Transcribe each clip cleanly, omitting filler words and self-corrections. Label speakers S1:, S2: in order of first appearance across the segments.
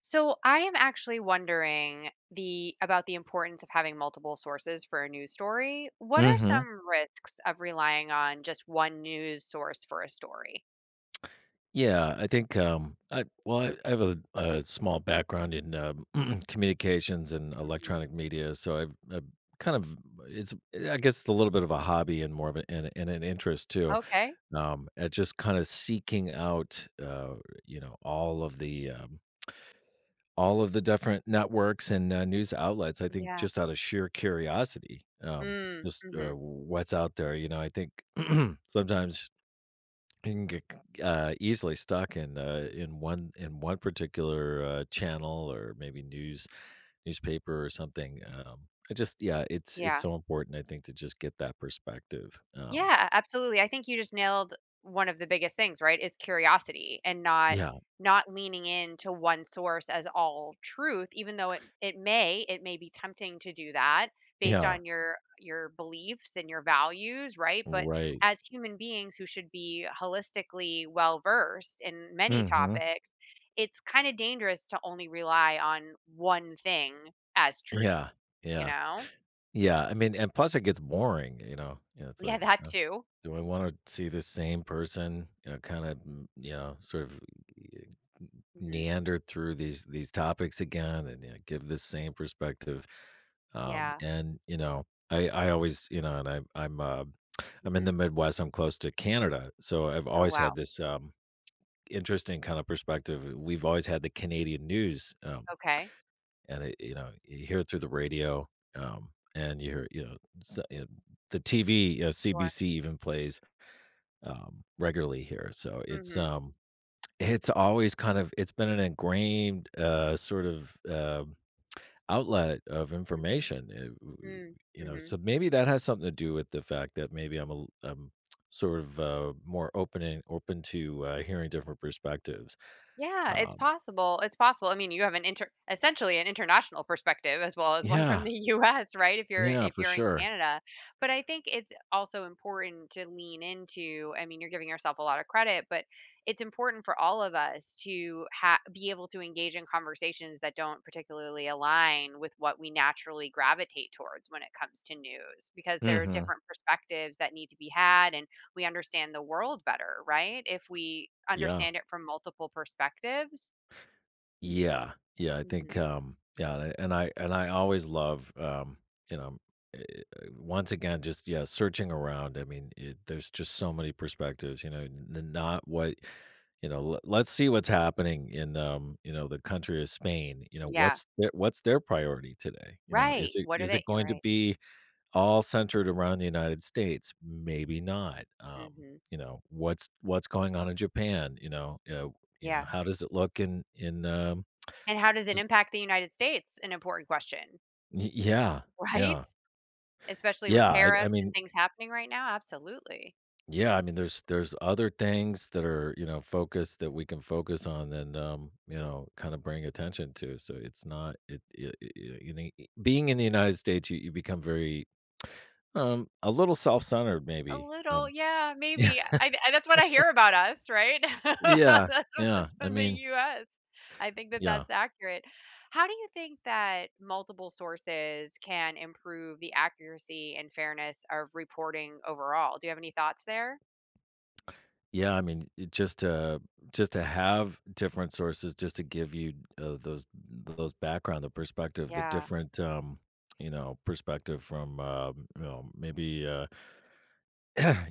S1: So I am actually wondering the about the importance of having multiple sources for a news story. What are
S2: Mhm.
S1: some risks of relying on just one news source for a story?
S2: Yeah, I think, I well, I have a small background in, communications and
S1: Hmm.
S2: electronic media, so kind of I guess it's a little bit of a hobby and more of an and an interest too,
S1: Okay.
S2: at just kinda seeking out, you know, all of the different networks and, news outlets, I think
S1: Yeah.
S2: just out of sheer curiosity,
S1: Mm,
S2: just,
S1: hmm
S2: what's out there, you know, I think sometimes you can get easily stuck in one particular channel or maybe newspaper or something. I just Yeah, it's
S1: Yeah.
S2: so important, I think, to just get that perspective.
S1: Yeah, absolutely. I think you just nailed one of the biggest things, right? Is curiosity and not
S2: Yeah,
S1: not leaning into one source as all truth, even though it may it may be tempting to do that based
S2: yeah,
S1: on your beliefs and your values, right? But
S2: right.
S1: as human beings who should be holistically well versed in many
S2: Hmm.
S1: topics, it's kind of dangerous to only rely on one thing as truth,
S2: Yeah,
S1: you
S2: yeah.
S1: know?
S2: Yeah, I mean, and plus it gets boring, you know? You know, it's
S1: Yeah,
S2: like,
S1: that too.
S2: do I wanna see the same person, you know, kinda, you know, sort of eh,
S1: Hmm.
S2: meander through these topics again and, you know, give the same perspective,
S1: Yeah.
S2: and, you know, I always and I'm in
S1: Hmm.
S2: the Midwest, I'm close to Canada, so I've
S1: Oh
S2: always
S1: wow.
S2: had this, interesting kind of perspective. We've always had the Canadian news,
S1: Okay,
S2: and you know, you hear it through the radio. um and you hear you know s you the TV,
S1: sure.
S2: CBC even plays regularly here, so
S1: Mhm.
S2: it's been an ingrained sort of outlet of information.
S1: Mm, mhm.
S2: So maybe that has something to do with the fact that maybe I'm sort of more open and open to hearing different perspectives.
S1: Yeah, it's
S2: um
S1: possible, it's possible. I mean, you have an inter essentially an international perspective as well as one from
S2: yeah,
S1: the US, right? If you're
S2: yeah,
S1: if
S2: for
S1: you're in
S2: sure.
S1: Canada. But I think it's also important to lean into, I mean, you're giving yourself a lot of credit, but it's important for all of us to ha be able to engage in conversations that don't particularly align with what we naturally gravitate towards when it comes to news, because there are
S2: Hmm.
S1: different perspectives that need to be had, and we understand the world better, right? If we
S2: Yeah.
S1: understand it from multiple perspectives.
S2: Yeah, yeah, I think,
S1: Hmm.
S2: yeah, and I always love, you know, eh, once again, just yeah, searching around. I mean, there's just so many perspectives. You know, not what you know. Let's see what's happening in, you know, the country of Spain. You know,
S1: Yeah.
S2: what's their priority today? You know, is
S1: Right.
S2: it
S1: What are
S2: is
S1: they?
S2: it
S1: You're
S2: going to
S1: right.
S2: be all centered around the United States? Maybe not.
S1: Hmm.
S2: You know, what's going on in Japan? You know,
S1: Yeah.
S2: how does it look in
S1: And how does it
S2: just
S1: impact the United States? An important question,
S2: Y yeah,
S1: right?
S2: yeah,
S1: Especially with
S2: yeah,
S1: tariffs and things happening right now. Absolutely.
S2: yeah, I mean, there's other things that are, you know, focused that we can focus on and, you know, kinda bring attention to, so it's not it it it you know, e being in the United States, you become very, a little self-centered
S1: A
S2: maybe.
S1: little, yeah, maybe. I that's what I hear about us, right?
S2: Yeah,
S1: That's what
S2: yeah,
S1: is
S2: I
S1: from the
S2: mean,
S1: US. I think that
S2: yeah.
S1: that's accurate. How do you think that multiple sources can improve the accuracy and fairness of reporting overall? Do you have any thoughts there?
S2: Yeah, I mean, it just to have different sources, just to give you those background, the perspective, the
S1: Yeah.
S2: different, you know, perspective from, you know, maybe,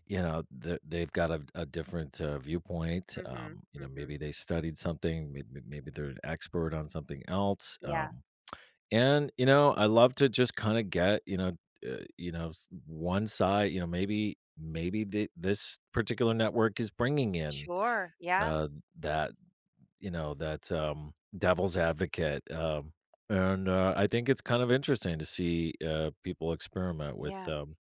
S2: you know, th- they've got a different viewpoint.
S1: Mhm. Mhm.
S2: Maybe they studied something, maybe they're an expert on something else.
S1: Yeah.
S2: And I love to just kind of get, one side, maybe this particular network is bringing in
S1: Sure. Yeah.
S2: uh, that, that, devil's advocate, and, I think it's kind of interesting to see, people experiment with,
S1: Yeah.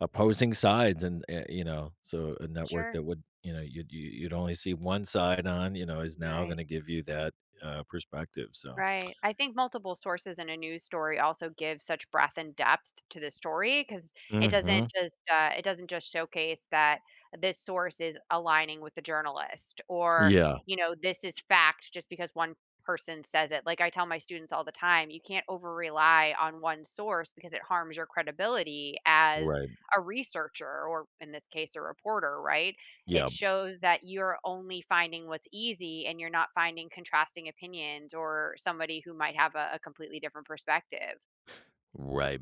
S2: opposing sides and, you know, so a network
S1: Sure.
S2: that would, you know, you'd you you'd only see one side on, is
S1: You're
S2: now
S1: right.
S2: gonna give you that, perspective, so.
S1: Right. I think multiple sources in a news story also give such breadth and depth to the story because
S2: Mhm.
S1: it doesn't just showcase that this source is aligning with the journalist, or
S2: Yeah.
S1: you know this is fact just because one person says it. Like I tell my students all the time, you can't over rely on one source because it harms your credibility as
S2: Right.
S1: a researcher or in this case a reporter, right? It
S2: Yeah.
S1: shows that you're only finding what's easy and you're not finding contrasting opinions or somebody who might have a completely different perspective.
S2: Right.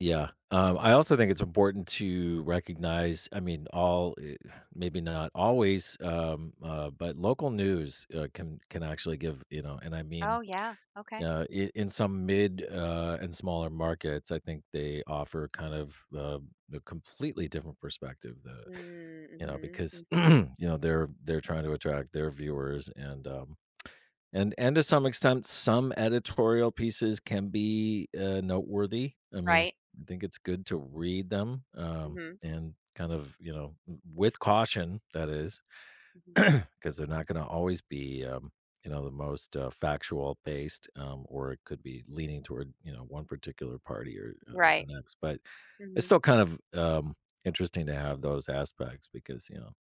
S2: Yeah. I also think it's important to recognize, I mean, maybe not always, but local news can actually give, you know, and I
S1: Oh,
S2: mean,
S1: yeah. Okay.
S2: in some mid and smaller markets, I think they offer kind of a completely different perspective. The
S1: Mm,
S2: you know
S1: mhm,
S2: Because
S1: mhm.
S2: they're trying to attract their viewers, and to some extent, some editorial pieces can be, noteworthy. I mean,
S1: Right.
S2: I think it's good to read them,
S1: Mhm.
S2: and kind of, with caution. That is
S1: Mhm.
S2: 'cause they're not gonna always be, the most, factual based, or it could be leaning toward, one particular party or, the
S1: Right.
S2: next, but it's
S1: Mhm.
S2: still kind of, interesting to have those aspects because, you know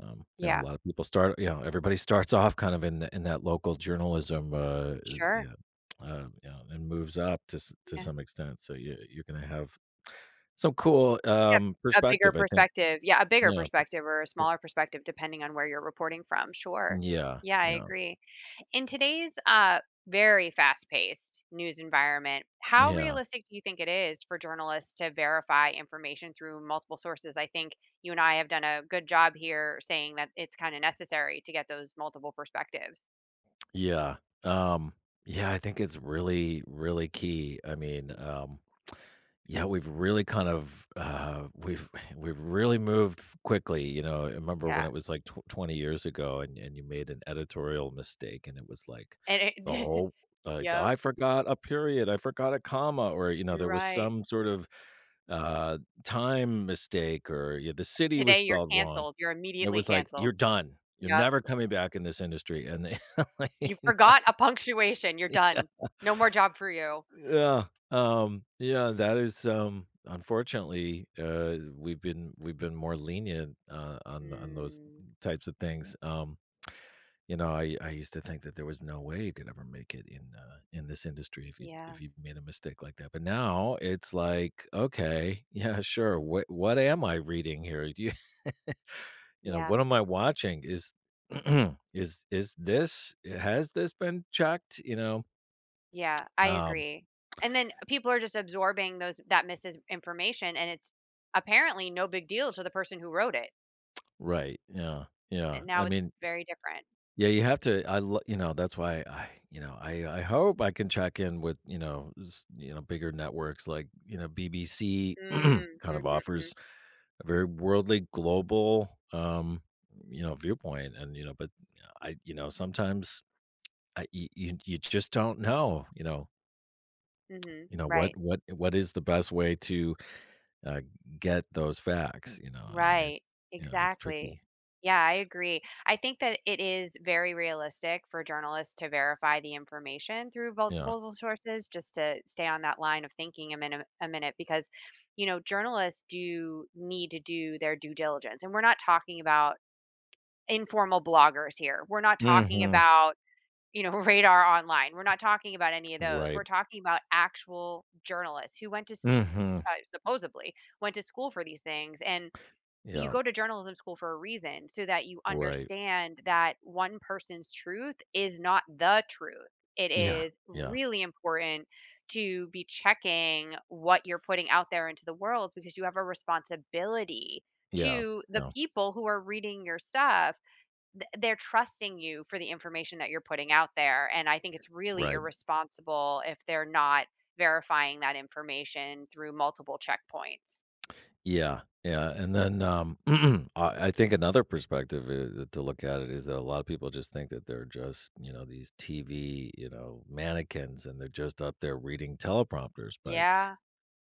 S2: um, you know, a
S1: Yeah.
S2: lot of people start, you know, everybody starts off kind of in in that local journalism,
S1: Sure.
S2: yeah, and moves up to to
S1: Yeah.
S2: some extent. So you're gonna have some cool
S1: Yeah. A bigger
S2: perspective, I think.
S1: perspective. Yeah, a bigger
S2: Yeah,
S1: perspective or a smaller perspective depending on where you're reporting from. Sure.
S2: yeah,
S1: Yeah, I
S2: yeah,
S1: agree. In today's very fast paced news environment, how
S2: yeah,
S1: realistic do you think it is for journalists to verify information through multiple sources? I think you and I have done a good job here saying that it's kind of necessary to get those multiple perspectives.
S2: yeah. Um, yeah, I think it's really really key. I mean,
S1: Mm.
S2: yeah, we've we've really moved f quickly, you know, I remember when
S1: Yeah.
S2: it was, like, tw 20 years ago and you made an editorial mistake, and it was, like,
S1: And
S2: the
S1: it,
S2: whole like,
S1: yep.
S2: "I forgot a period, I forgot a comma," or, you know, there was
S1: Right.
S2: some sort of, uh, time mistake or, yeah, the city was
S1: Today you're
S2: spelled wrong.
S1: canceled. You're
S2: It
S1: immediately
S2: was like,
S1: canceled.
S2: "You're done. You're
S1: Yep.
S2: never coming back in this industry," and they
S1: You forgot a punctuation. You're done.
S2: yeah.
S1: No more job for you.
S2: Yeah. Yeah, that is unfortunately we've been more lenient on those
S1: Mm,
S2: types of things. I used to think that there was no way you could ever make it in this industry if you
S1: yeah.
S2: if you made a mistake like that. But now it's like, okay, yeah, sure. What am I reading here? Do you you know
S1: Yeah.
S2: what am I watching? Is is this has this been checked? You know,
S1: Yeah, I
S2: um,
S1: agree. And then people are just absorbing those that misinformation and it's apparently no big deal to the person who wrote it.
S2: right. Yeah. Yeah.
S1: And
S2: I
S1: now it's
S2: mean,
S1: very different.
S2: yeah, you have to I lo you know, that's why I I hope I can check in with, bigger networks like, BBC kind
S1: Mm,
S2: of
S1: mhm,
S2: offers a very worldly, global, viewpoint and, but sometimes I you you you just don't know,
S1: mhm, mhm.
S2: what
S1: Right.
S2: what what is the best way to, uh, get those facts, you know? I mean,
S1: Right.
S2: it's
S1: Exactly.
S2: tricky.
S1: Yeah, I agree. I think that it is very realistic for journalists to verify the information through
S2: Yeah.
S1: multiple sources, just to stay on that line of thinking a minute, because you know, journalists do need to do their due diligence. And we're not talking about informal bloggers here. We're not talking
S2: Mhm.
S1: about, you know, Radar Online. We're not talking about any of those.
S2: Right.
S1: We're talking about actual journalists who went to school,
S2: Mhm.
S1: supposedly went to school for these things, and you
S2: Yeah.
S1: go to journalism school for a reason so that you
S2: Right.
S1: understand that one person's truth is not the truth. It
S2: Yeah,
S1: is
S2: yeah,
S1: really important to be checking what you're putting out there into the world because you have a responsibility
S2: yeah,
S1: to the
S2: yeah,
S1: people who are reading your stuff. They're trusting you for the information that you're putting out there, and I think it's really
S2: right,
S1: irresponsible if they're not verifying that information through multiple checkpoints.
S2: yeah, yeah, and then, I think another perspective I to look at it is that a lot of people just think that they're just, you know, these TV, mannequins, and they're just up there reading teleprompters, but,
S1: Yeah,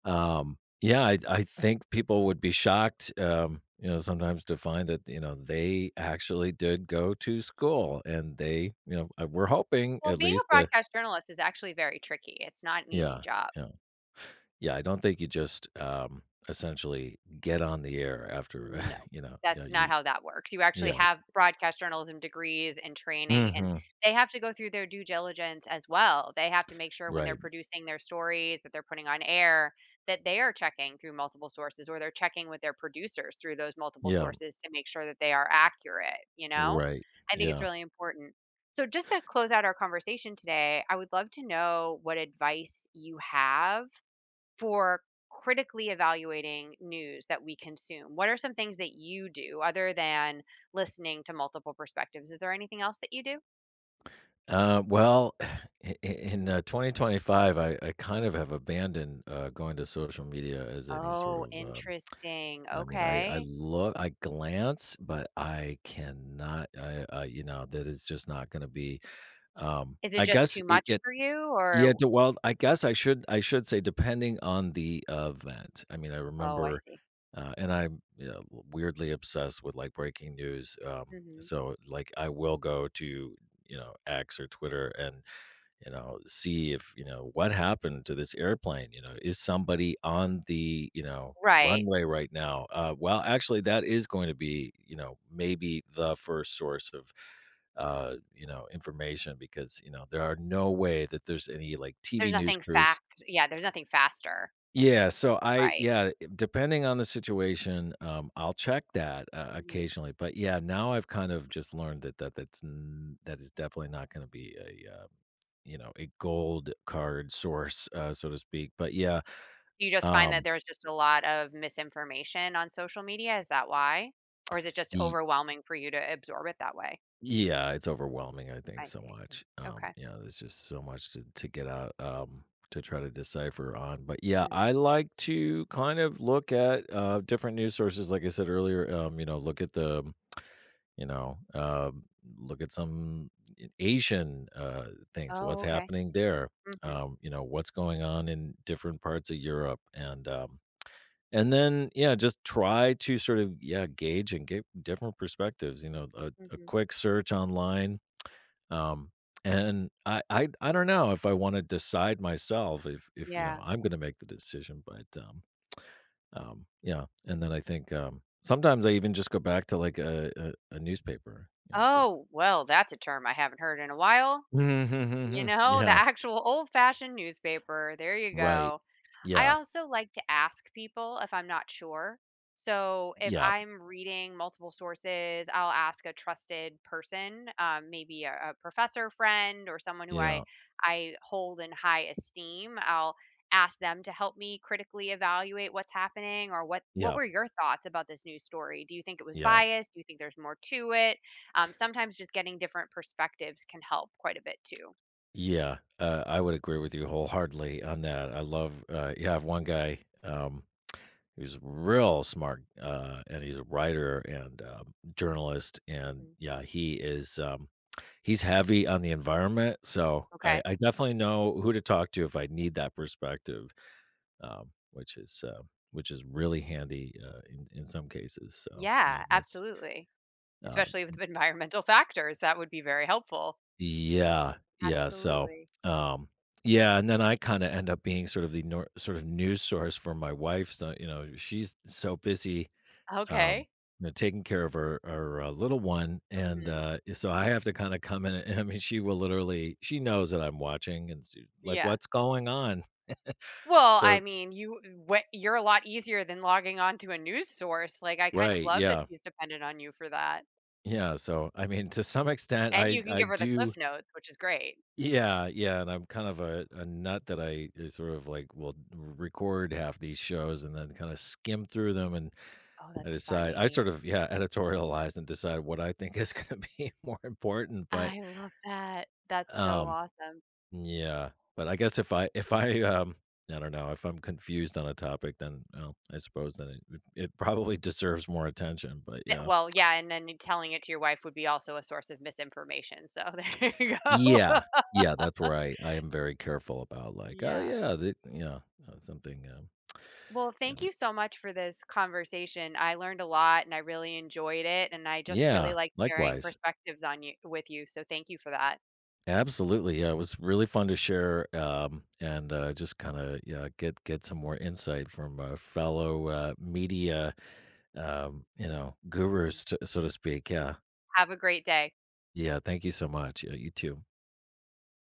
S2: yeah, I think people would be shocked, sometimes to find that, they actually did go to school, and we're hoping
S1: well,
S2: at
S1: being a
S2: least to.
S1: broadcast journalist is actually very tricky. It's not an easy
S2: Yeah,
S1: job.
S2: yeah. Yeah, I don't think you just, essentially get on the air after,
S1: No,
S2: yeah,
S1: that's not
S2: you
S1: how that works. You actually
S2: yeah.
S1: have broadcast journalism degrees and training, and
S2: Mhm.
S1: they have to go through their due diligence as well. They have to make sure when they're
S2: Right.
S1: producing their stories that they're putting on air that they are checking through multiple sources, or they're checking with their producers through those multiple
S2: Yeah.
S1: sources to make sure that they are accurate, you know?
S2: Right.
S1: I think it's
S2: Yeah.
S1: really important. So, just to close out our conversation today, I would love to know what advice you have for critically evaluating news that we consume? What are some things that you do other than listening to multiple perspectives? Is there anything else that you do?
S2: Well, I in, 2025, I kind of have abandoned, going to social media as any sort
S1: Oh,
S2: of,
S1: interesting.
S2: I mean,
S1: Okay.
S2: I glance, but I cannot I I you know, that is just not gonna be,
S1: Is it
S2: I
S1: just
S2: guess
S1: too
S2: it
S1: much
S2: it
S1: for you?
S2: Yeah,
S1: Or
S2: d well, I guess I should say depending on the event. I mean, I
S1: oh, I
S2: remember,
S1: see.
S2: and I'm, weirdly obsessed with, like, breaking news,
S1: Mhm.
S2: so, like, I will go to, X or Twitter and see if, what happened to this airplane? You know, is somebody on the
S1: Right.
S2: runway right now? Well, actually, that is going to be, maybe the first source of, information because, there are no way that there's any like
S1: There's
S2: TV news
S1: nothing
S2: crews.
S1: fact yeah, there's nothing faster.
S2: Yeah, so
S1: Right.
S2: depending on the situation, I'll check that,
S1: Mhm.
S2: occasionally, but, yeah, now I've kind of just learned that that that's n that is definitely not gonna be a gold card source, so to speak, but, yeah,
S1: You just find that
S2: um,
S1: there's just a lot of misinformation on social media, is that why? Or is it just
S2: y
S1: overwhelming for you to absorb it that way?
S2: yeah, it's overwhelming, I think,
S1: I
S2: so
S1: see.
S2: much,
S1: Okay.
S2: you there's just so much to get out, to try to decipher on, but, yeah,
S1: Mhm.
S2: I like to kind of look at, different news sources, like I said earlier, look at the. You know, look at some Asian things.
S1: Oh,
S2: What's
S1: okay.
S2: happening there?
S1: Mhm.
S2: You know, what's going on in different parts of Europe, and then yeah, just try to sort of gauge and get different perspectives. You know, a
S1: Mhm.
S2: quick search online. Um, and I don't know if I want to decide myself if
S1: Yeah.
S2: I'm going to make the decision, but yeah, and then I think, sometimes I even just go back to, like, a newspaper, you know, just
S1: Oh, well, that's a term I haven't heard in a while. You know, the
S2: Yeah,
S1: actual old-fashioned newspaper, there you
S2: right.
S1: go. I
S2: Yeah,
S1: also like to ask people if I'm not sure. So, if
S2: yeah,
S1: I'm reading multiple sources, I'll ask a trusted person, maybe a professor friend or someone who
S2: yeah,
S1: I hold in high esteem. I'll ask them to help me critically evaluate what's happening, or what
S2: yeah,
S1: were your thoughts about this news story? Do you think it was
S2: yeah,
S1: biased? Do you think there's more to it? Sometimes just getting different perspectives can help quite a bit too.
S2: yeah, I would agree with you wholeheartedly on that. I love, I have one guy, who's real smart, and he's a writer and, journalist, and,
S1: Mhm.
S2: yeah, he's heavy on the environment, so I
S1: Okay.
S2: I definitely know who to talk to if I need that perspective. um, which is uh, which is really handy in some cases. So yeah,
S1: Yeah,
S2: that's
S1: absolutely.
S2: uh,
S1: Especially with environmental factors, that would be very helpful.
S2: yeah, yeah. So
S1: Absolutely.
S2: um, yeah, and then I kind of end up being sort of the news source for my wife. So she's so busy. Um,
S1: Okay.
S2: taking care of her little one, and
S1: Mhm.
S2: yeah, so I have to kind of come in. And, I mean, she knows that I'm watching, and she, like,
S1: Yeah.
S2: what's going on?
S1: Well, I
S2: So,
S1: mean, you what you're a lot easier than logging on to a news source. Like, I kind of
S2: right,
S1: love that
S2: yeah,
S1: she's dependent on you for that.
S2: yeah. So, I mean, to some extent,
S1: And
S2: I
S1: you can
S2: I
S1: give her the
S2: do.
S1: cliff notes, which is great.
S2: Yeah, yeah, and I'm kind of a nut that I sort of like will record half these shows and then kind of skim through them and
S1: Oh, that's
S2: I
S1: funny.
S2: sort of editorialize and decide what I think is going to be more important. But
S1: I love that. That's so
S2: um,
S1: awesome.
S2: yeah, but I guess if I I don't know if I'm confused on a topic, then well, I suppose then it probably deserves more attention. But yeah,
S1: Well, yeah, and then telling it to your wife would be also a source of misinformation. So there you go.
S2: yeah, yeah, that's where I am very careful about like oh
S1: Yeah.
S2: yeah, that yeah something
S1: Well,
S2: yeah.
S1: thank you so much for this conversation. I learned a lot and I really enjoyed it. And I just really
S2: Yeah,
S1: like sharing
S2: likewise.
S1: perspectives on you with you. So thank you for that.
S2: Absolutely. Yeah, it was really fun to share and just kind of get some more insight from fellow media, gurus,
S1: Hmm.
S2: so to speak. Yeah,
S1: Have a great day.
S2: yeah. Thank you so much. Yeah, you too.